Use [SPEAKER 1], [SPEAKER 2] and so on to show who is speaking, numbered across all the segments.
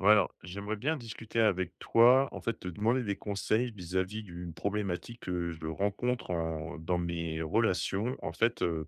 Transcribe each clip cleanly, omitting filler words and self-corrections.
[SPEAKER 1] Ouais, alors, j'aimerais bien discuter avec toi, en fait, te demander des conseils vis-à-vis d'une problématique que je rencontre dans mes relations. En fait,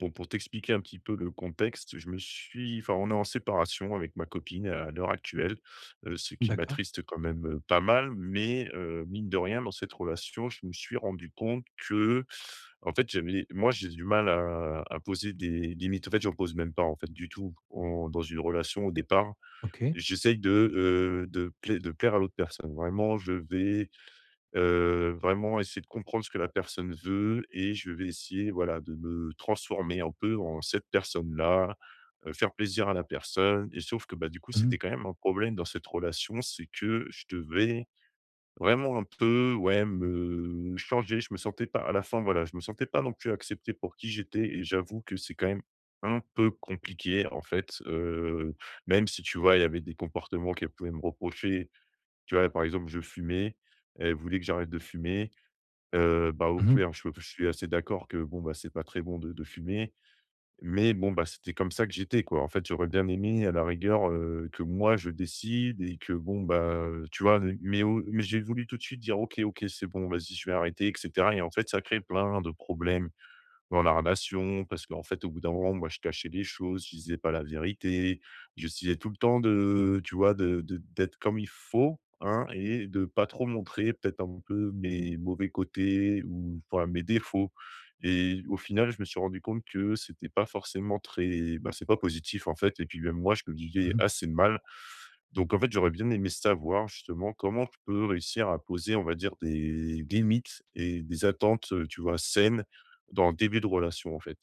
[SPEAKER 1] bon, pour t'expliquer un petit peu le contexte, je me suis, enfin, on est en séparation avec ma copine à l'heure actuelle, ce qui
[SPEAKER 2] D'accord,
[SPEAKER 1] m'attriste quand même pas mal, mais mine de rien, dans cette relation, je me suis rendu compte que, en fait, j'avais, moi, j'ai du mal à poser des limites. En fait, j'en pose même pas, en fait, du tout, dans une relation au départ.
[SPEAKER 2] OK.
[SPEAKER 1] J'essaye de plai de plaire à l'autre personne. Vraiment, je vais, vraiment essayer de comprendre ce que la personne veut et je vais essayer, voilà, de me transformer un peu en cette personne-là, faire plaisir à la personne et sauf que, bah, du coup,
[SPEAKER 2] Mmh mh.
[SPEAKER 1] c'était quand même un problème dans cette relation, c'est que je devais vraiment un peu, ouais, me changer. Je me sentais pas à la fin, voilà, je me sentais pas non plus accepté pour qui j'étais et j'avoue que c'est quand même un peu compliqué, en fait, même si, tu vois, il y avait des comportements qu'elle pouvait me reprocher. Tu vois, par exemple, je fumais, elle voulait que j'arrête de fumer, bah, au
[SPEAKER 2] Mmh
[SPEAKER 1] pire, je suis assez d'accord que, bon, bah, c'est pas très bon de fumer, mais bon, bah, c'était comme ça que j'étais, quoi. En fait, j'aurais bien aimé à la rigueur, que moi je décide et que bon, bah, tu vois? Mais j'ai voulu tout de suite dire: «OK, OK, c'est bon, vas-y, je vais arrêter» et cetera et en fait, ça crée plein de problèmes dans la relation, parce qu'en fait, au bout d'un moment, moi, je cachais les choses, je disais pas la vérité, j'essayais tout le temps de, tu vois, d'être comme il faut, hein, et de pas trop montrer peut-être un peu mes mauvais côtés ou enfin, mes défauts. Et au final, je me suis rendu compte que c'était pas forcément très, bah, c'est pas positif en fait. Et puis même moi, je le vivais
[SPEAKER 2] Mmh
[SPEAKER 1] assez mal. Donc en fait, j'aurais bien aimé savoir justement comment je peux réussir à poser, on va dire, des limites et des attentes, tu vois, saines dans le début de relation, en fait.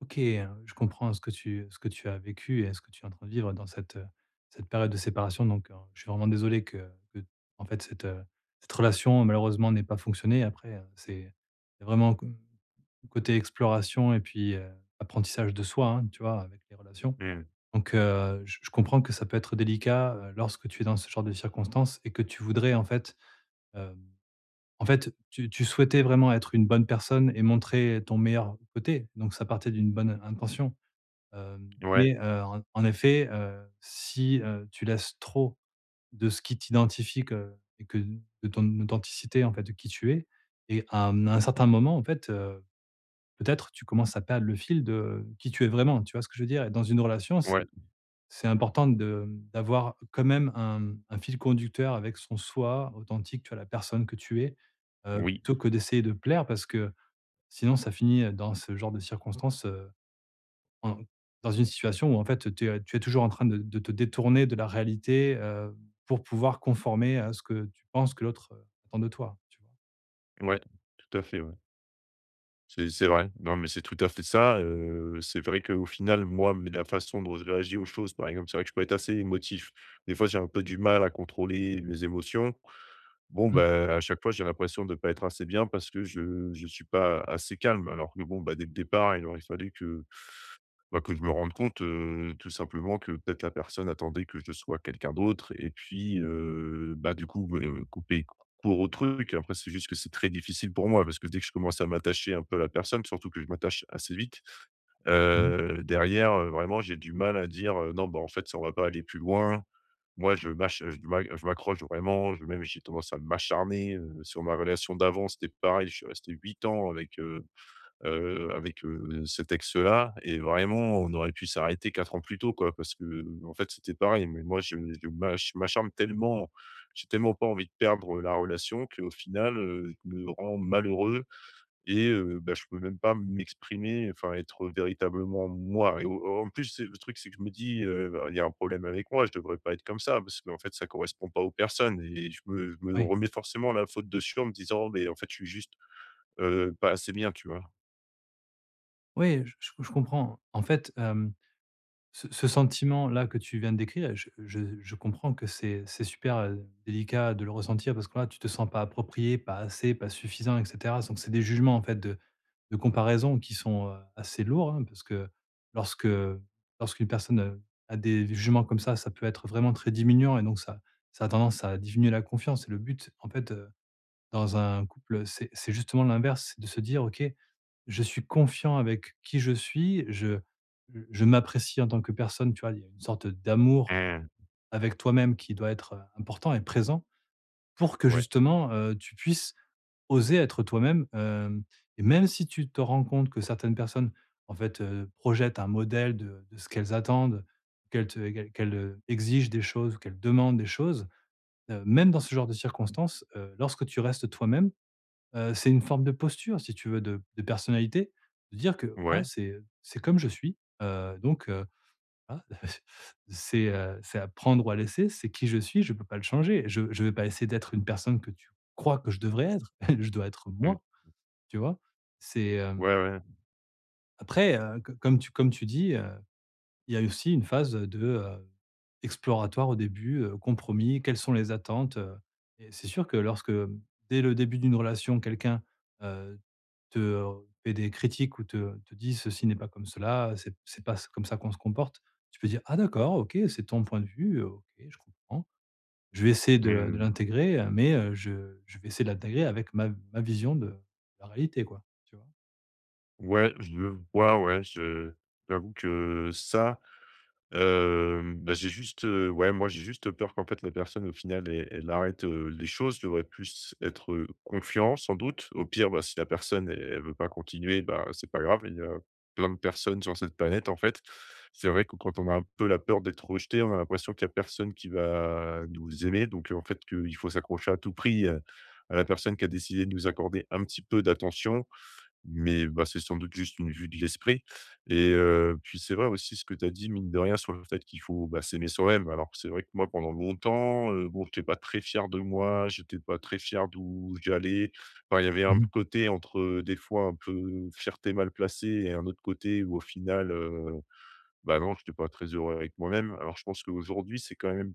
[SPEAKER 2] OK, je comprends ce que tu as vécu et ce que tu es en train de vivre dans cette période de séparation. Donc je suis vraiment désolé que en fait cette relation malheureusement n'ait pas fonctionné. Après, c'est vraiment co côté exploration et puis, apprentissage de soi, hein, tu vois, avec les relations.
[SPEAKER 1] Mmh.
[SPEAKER 2] Donc je comprends que ça peut être délicat, lorsque tu es dans ce genre de circonstances et que tu voudrais en fait, tu souhaitais vraiment être une bonne personne et montrer ton meilleur côté, donc ça partait d'une bonne intention,
[SPEAKER 1] Ouais,
[SPEAKER 2] mais, en effet, si, tu laisses trop de ce qui t'identifie que et que de ton authenticité, en fait, de qui tu es, et à un certain moment, en fait, peut-être tu commences à perdre le fil de qui tu es vraiment. Tu vois ce que je veux dire? Et dans une relation,
[SPEAKER 1] ouais,
[SPEAKER 2] c'est important de d'avoir quand même un fil conducteur avec son soi authentique, tu vois? La personne que tu es,
[SPEAKER 1] oui,
[SPEAKER 2] plutôt que d'essayer de plaire, parce que sinon ça finit, dans ce genre de circonstances, en dans une situation où en fait tu es toujours en train de te détourner de la réalité, pour pouvoir conformer à ce que tu penses que l'autre, attend de toi, tu vois?
[SPEAKER 1] ouais, tout à fait, ouais. C'est vrai. Non, mais c'est tout à fait ça, c'est vrai qu'au final, moi, mais la façon dont je réagis aux choses, par exemple, c'est vrai que je peux être assez émotif. Des fois, j'ai un peu du mal à contrôler mes émotions. Bon,
[SPEAKER 2] Mmh.
[SPEAKER 1] bah, à chaque fois, j'ai l'impression de ne pas être assez bien parce que je suis pas assez calme alors que bon, bah, dès le départ, il aurait fallu que bah, que je me rende compte, tout simplement que peut-être la personne attendait que je sois quelqu'un d'autre et puis, bah, du coup, couper court au truc. Après, c'est juste que c'est très difficile pour moi parce que dès que je commence à m'attacher un peu à la personne, surtout que je m'attache assez vite,
[SPEAKER 2] Mmh.
[SPEAKER 1] derrière, vraiment j'ai du mal à dire, «Non, bah, en fait, ça on va pas aller plus loin». Moi, je m'accroche vraiment, je même j'ai tendance à m'acharner, sur ma relation d'avant, c'était pareil, je suis resté 8 ans avec, avec, ce texte-là et vraiment on aurait pu s'arrêter 4 ans plus tôt, quoi. Parce que en fait, c'était pareil, mais moi je m'acharne tellement, j'ai tellement pas envie de perdre, la relation qu'au final, je me rend malheureux et bah, je peux même pas m'exprimer, enfin être véritablement moi et au en plus, c'est le truc, c'est que je me dis, «Bah, il y a un problème avec moi, je devrais pas être comme ça» parce qu'en fait ça correspond pas aux personnes et je me
[SPEAKER 2] Oui.
[SPEAKER 1] remets forcément la faute dessus en me disant: «Mais en fait, je suis juste, pas assez bien», tu vois?
[SPEAKER 2] Oui, je comprends. En fait, euh, ce sentiment-là que tu viens de décrire, je comprends que c'est super, délicat de le ressentir, parce que là, tu te sens pas approprié, pas assez, pas suffisant, et cetera. Donc c'est des jugements en fait de comparaison qui sont, assez lourds, hein, parce que lorsque lorsqu'une personne, a des jugements comme ça peut être vraiment très diminuant, et donc ça a tendance à diminuer la confiance. Et le but en fait, dans un couple, c'est justement l'inverse, c'est de se dire: «OK, je suis confiant avec qui je suis, je m'apprécie en tant que personne», tu vois? Il y a une sorte d'amour avec toi-même qui doit être, important et présent, pour que
[SPEAKER 1] Ouais,
[SPEAKER 2] justement, tu puisses oser être toi-même, hem et même si tu te rends compte que certaines personnes, en fait, projettent un modèle de ce qu'elles attendent, qu'elles te qu'elles qu'elles, exigent des choses ou qu'elles demandent des choses, même dans ce genre de circonstances, lorsque tu restes toi-même. C'est une forme de posture, si tu veux, de personnalité, de dire que, voilà,
[SPEAKER 1] ouais,
[SPEAKER 2] c'est comme je suis, donc voilà, c'est à prendre ou à laisser, c'est qui je suis, je peux pas le changer. Je vais pas essayer d'être une personne que tu crois que je devrais être, je dois être
[SPEAKER 1] mmh,
[SPEAKER 2] moi, tu vois? C'est,
[SPEAKER 1] ouais, ouais,
[SPEAKER 2] après, co comme tu dis, il y a aussi une phase de, exploratoire au début, compromis, quelles sont les attentes, et c'est sûr que lorsque, dès le début d'une relation, quelqu'un, heu, te fait des critiques ou te dit: «Ceci n'est pas comme cela, c'est pas comme ça qu'on se comporte», tu peux dire: «Ah d'accord, OK, c'est ton point de vue, OK, je comprends. Je vais essayer de
[SPEAKER 1] mmh,
[SPEAKER 2] l'intégrer, mais je vais essayer de l'intégrer avec ma vision de la réalité», quoi, tu vois?
[SPEAKER 1] ouais, je vois, ouais, je j'avoue que ça hem, bah, j'ai juste, ouais, moi, j'ai juste peur qu'en fait, la personne, au final, elle arrête, les choses. Je devrais plus être, confiant, sans doute. Au pire, bah, si la personne, elle veut pas continuer, bah, c'est pas grave. Il y a plein de personnes sur cette planète, en fait. C'est vrai que quand on a un peu la peur d'être rejeté, on a l'impression qu'il y a personne qui va nous aimer. Donc, en fait, qu'il faut s'accrocher à tout prix, à la personne qui a décidé de nous accorder un petit peu d'attention. Mais, bah, c'est sans doute juste une vue de l'esprit et puis c'est vrai aussi ce que tu as dit mine de rien sur le fait qu'il faut, bah, s'aimer soi-même. Alors c'est vrai que moi pendant longtemps, bon j'étais pas très fier de moi, j'étais pas très fier d'où j'allais. Enfin il y avait un
[SPEAKER 2] Mmh.
[SPEAKER 1] côté entre, des fois un peu fierté mal placée et un autre côté où au final, bah, non j'étais pas très heureux avec moi-même. Alors je pense qu'aujourd'hui c'est quand même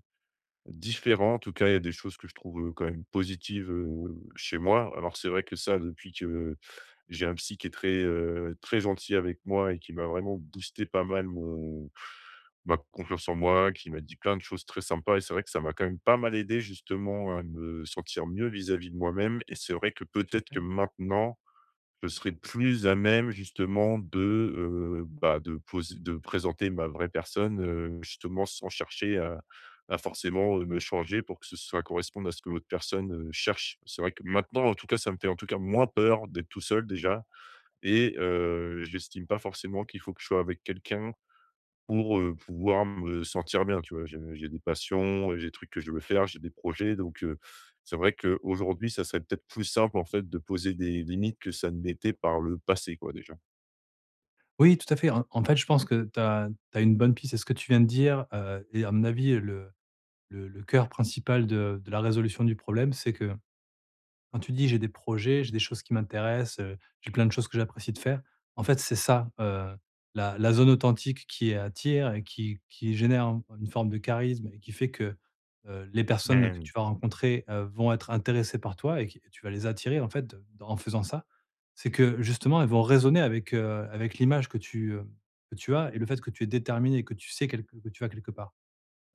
[SPEAKER 1] différent, en tout cas, il y a des choses que je trouve, quand même positives, chez moi. Alors c'est vrai que ça, depuis que j'ai un psy qui est très, très gentil avec moi et qui m'a vraiment boosté pas mal mon ma confiance en moi, qui m'a dit plein de choses très sympas et c'est vrai que ça m'a quand même pas mal aidé justement à me sentir mieux vis-à-vis de moi-même et c'est vrai que peut-être que
[SPEAKER 2] Super.
[SPEAKER 1] maintenant je serais plus à même justement de, bah, de présenter ma vraie personne, justement sans chercher à forcément, me changer pour que ce soit corresponde à ce que l'autre personne, cherche. C'est vrai que maintenant, en tout cas, ça me fait en tout cas moins peur d'être tout seul déjà et j'estime pas forcément qu'il faut que je sois avec quelqu'un pour, pouvoir me sentir bien, tu vois? J'ai des passions, j'ai des trucs que je veux faire, j'ai des projets donc c'est vrai qu'aujourd'hui, ça serait peut-être plus simple, en fait, de poser des limites que ça ne l'était par le passé, quoi, déjà.
[SPEAKER 2] Oui, tout à fait. En fait, je pense que tu as une bonne piste. C'est ce que tu viens de dire, et à mon avis, le le cœur principal de la résolution du problème, c'est que quand tu dis: «J'ai des projets, j'ai des choses qui m'intéressent, j'ai plein de choses que j'apprécie de faire», en fait, c'est ça, la zone authentique qui attire et qui génère un une forme de charisme, et qui fait que, les personnes que
[SPEAKER 1] Mmh,
[SPEAKER 2] tu vas rencontrer, vont être intéressées par toi, et qui et tu vas les attirer, en fait, dans en faisant ça. C'est que, justement, elles vont résonner avec, avec l'image que tu as, et le fait que tu es déterminé et que tu sais que tu vas quelque part.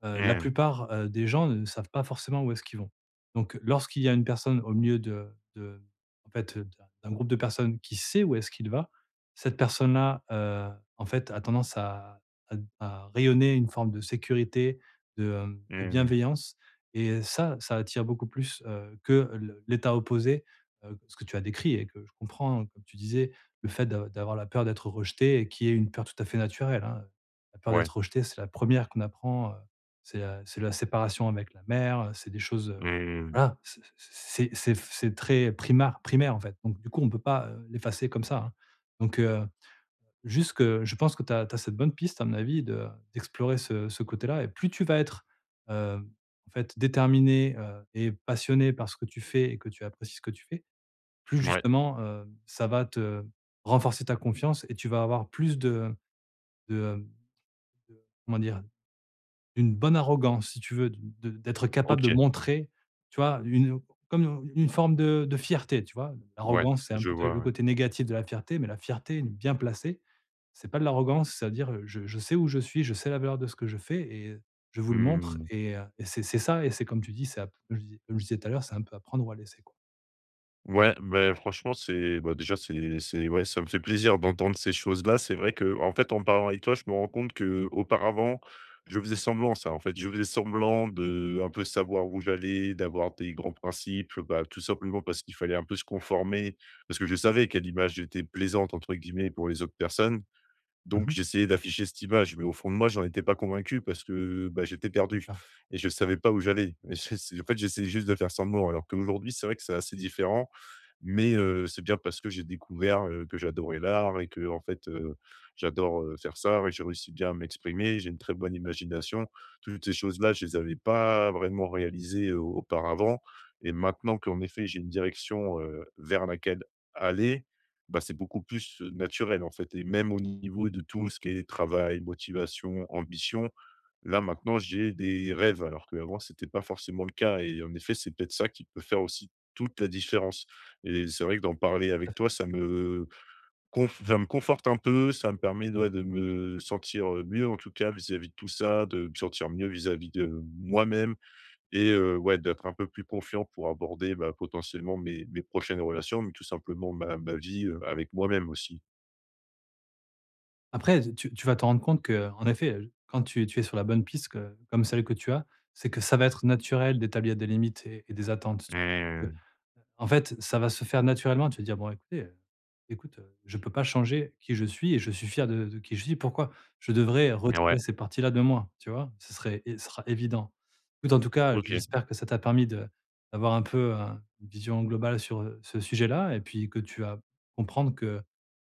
[SPEAKER 2] La
[SPEAKER 1] mmh,
[SPEAKER 2] plupart, des gens ne savent pas forcément où est-ce qu'ils vont. Donc lorsqu'il y a une personne au milieu de en fait, d'un groupe de personnes qui sait où est-ce qu'il va, cette personne-là, en fait, a tendance à à rayonner une forme de sécurité, de, de
[SPEAKER 1] mmh,
[SPEAKER 2] bienveillance, et ça attire beaucoup plus, que le l'état opposé, ce que tu as décrit et que je comprends, comme tu disais, le fait d'avoir la peur d'être rejeté, et qui est une peur tout à fait naturelle, hein. La peur d'être
[SPEAKER 1] ouais,
[SPEAKER 2] rejeté, c'est la première qu'on apprend, c'est la séparation avec la mère, c'est des choses,
[SPEAKER 1] mmh,
[SPEAKER 2] voilà, c'est très primaire, primaire, en fait. Donc du coup, on ne peut pas, l'effacer comme ça, hein. Donc juste que je pense que tu as cette bonne piste, à mon avis, de d'explorer ce côté-là, et plus tu vas être, heu, en fait, déterminé, et passionné par ce que tu fais et que tu apprécies ce que tu fais, plus
[SPEAKER 1] ouais,
[SPEAKER 2] justement, ça va te renforcer ta confiance, et tu vas avoir plus de de, comment dire? D'une bonne arrogance, si tu veux, de d'être capable de
[SPEAKER 1] OK,
[SPEAKER 2] montrer, tu vois, une comme une forme de fierté, tu vois?
[SPEAKER 1] ouais,
[SPEAKER 2] L'arrogance, c'est un
[SPEAKER 1] je
[SPEAKER 2] peu
[SPEAKER 1] vois,
[SPEAKER 2] le
[SPEAKER 1] ouais.
[SPEAKER 2] côté négatif de la fierté, mais la fierté, bien placée, c'est pas de l'arrogance, c'est-à-dire, je sais où je suis, je sais la valeur de ce que je fais, et je vous le montre.
[SPEAKER 1] Mmh.
[SPEAKER 2] Et c'est ça, et c'est comme tu dis, c'est app comme je disais tout à l'heure, c'est un peu à prendre ou à laisser, quoi.
[SPEAKER 1] Ouais, ben franchement, c'est bah, déjà, c'est ouais, ça me fait plaisir d'entendre ces choses-là. C'est vrai que, en fait, en parlant avec toi, je me rends compte que, auparavant, je faisais semblant ça, en fait. Je faisais semblant de un peu savoir où j'allais, d'avoir des grands principes, bah, tout simplement parce qu'il fallait un peu se conformer, parce que je savais quelle image était «plaisante» entre guillemets pour les autres personnes. Donc
[SPEAKER 2] Mmh.
[SPEAKER 1] j'essayais d'afficher cette image, mais au fond de moi, j'en étais pas convaincu parce que, bah, j'étais perdu
[SPEAKER 2] D'accord.
[SPEAKER 1] et je savais pas où j'allais. Et c'est en fait, j'essayais juste de faire semblant alors qu'aujourd'hui, c'est vrai que c'est assez différent mais c'est bien parce que j'ai découvert, que j'adorais l'art et que en fait, j'adore, faire ça et j'ai réussi bien à m'exprimer. J'ai une très bonne imagination. Toutes ces choses-là, je les avais pas vraiment réalisées, auparavant et maintenant qu'en effet, j'ai une direction, vers laquelle aller, bah, c'est beaucoup plus, naturel, en fait et même au niveau de tout ce qui est travail, motivation, ambition, là, maintenant, j'ai des rêves alors qu'avant, c'était pas forcément le cas et en effet, c'est peut-être ça qui peut faire aussi toute la différence. Et c'est vrai que d'en parler avec toi, ça me conf ça me conforte un peu, ça me permet, ouais, de me sentir, mieux en tout cas vis-à-vis de tout ça, de me sentir mieux vis-à-vis de moi-même et ouais, d'être un peu plus confiant pour aborder, bah, potentiellement mes prochaines relations, mais tout simplement ma vie, avec moi-même aussi.
[SPEAKER 2] Après, tu vas te rendre compte que, en effet, quand tu es sur la bonne piste que comme celle que tu as, c'est que ça va être naturel d'établir des limites et des attentes.
[SPEAKER 1] Mmh.
[SPEAKER 2] En fait, ça va se faire naturellement. Tu vas dire: «Bon, écoutez, écoute, je peux pas changer qui je suis, et je suis fier de qui je suis. Pourquoi je devrais
[SPEAKER 1] Ouais,
[SPEAKER 2] retirer ces parties-là de moi?» tu vois? Ce serait, et ce sera évident. Écoute, en tout cas,
[SPEAKER 1] OK.
[SPEAKER 2] j'espère que ça t'a permis de d'avoir un peu, une vision globale sur, ce sujet-là, et puis que tu vas comprendre que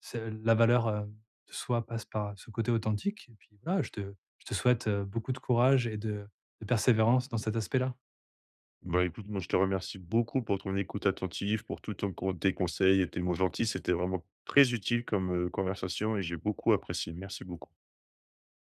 [SPEAKER 2] c'est la valeur, de soi passe par ce côté authentique. Et puis voilà, je te souhaite, beaucoup de courage et de persévérance dans cet aspect-là.
[SPEAKER 1] Bah, écoute, moi, je te remercie beaucoup pour ton écoute attentive, pour tout ton con tes conseils et tes mots gentils. C'était vraiment très utile comme, conversation et j'ai beaucoup apprécié. Merci beaucoup.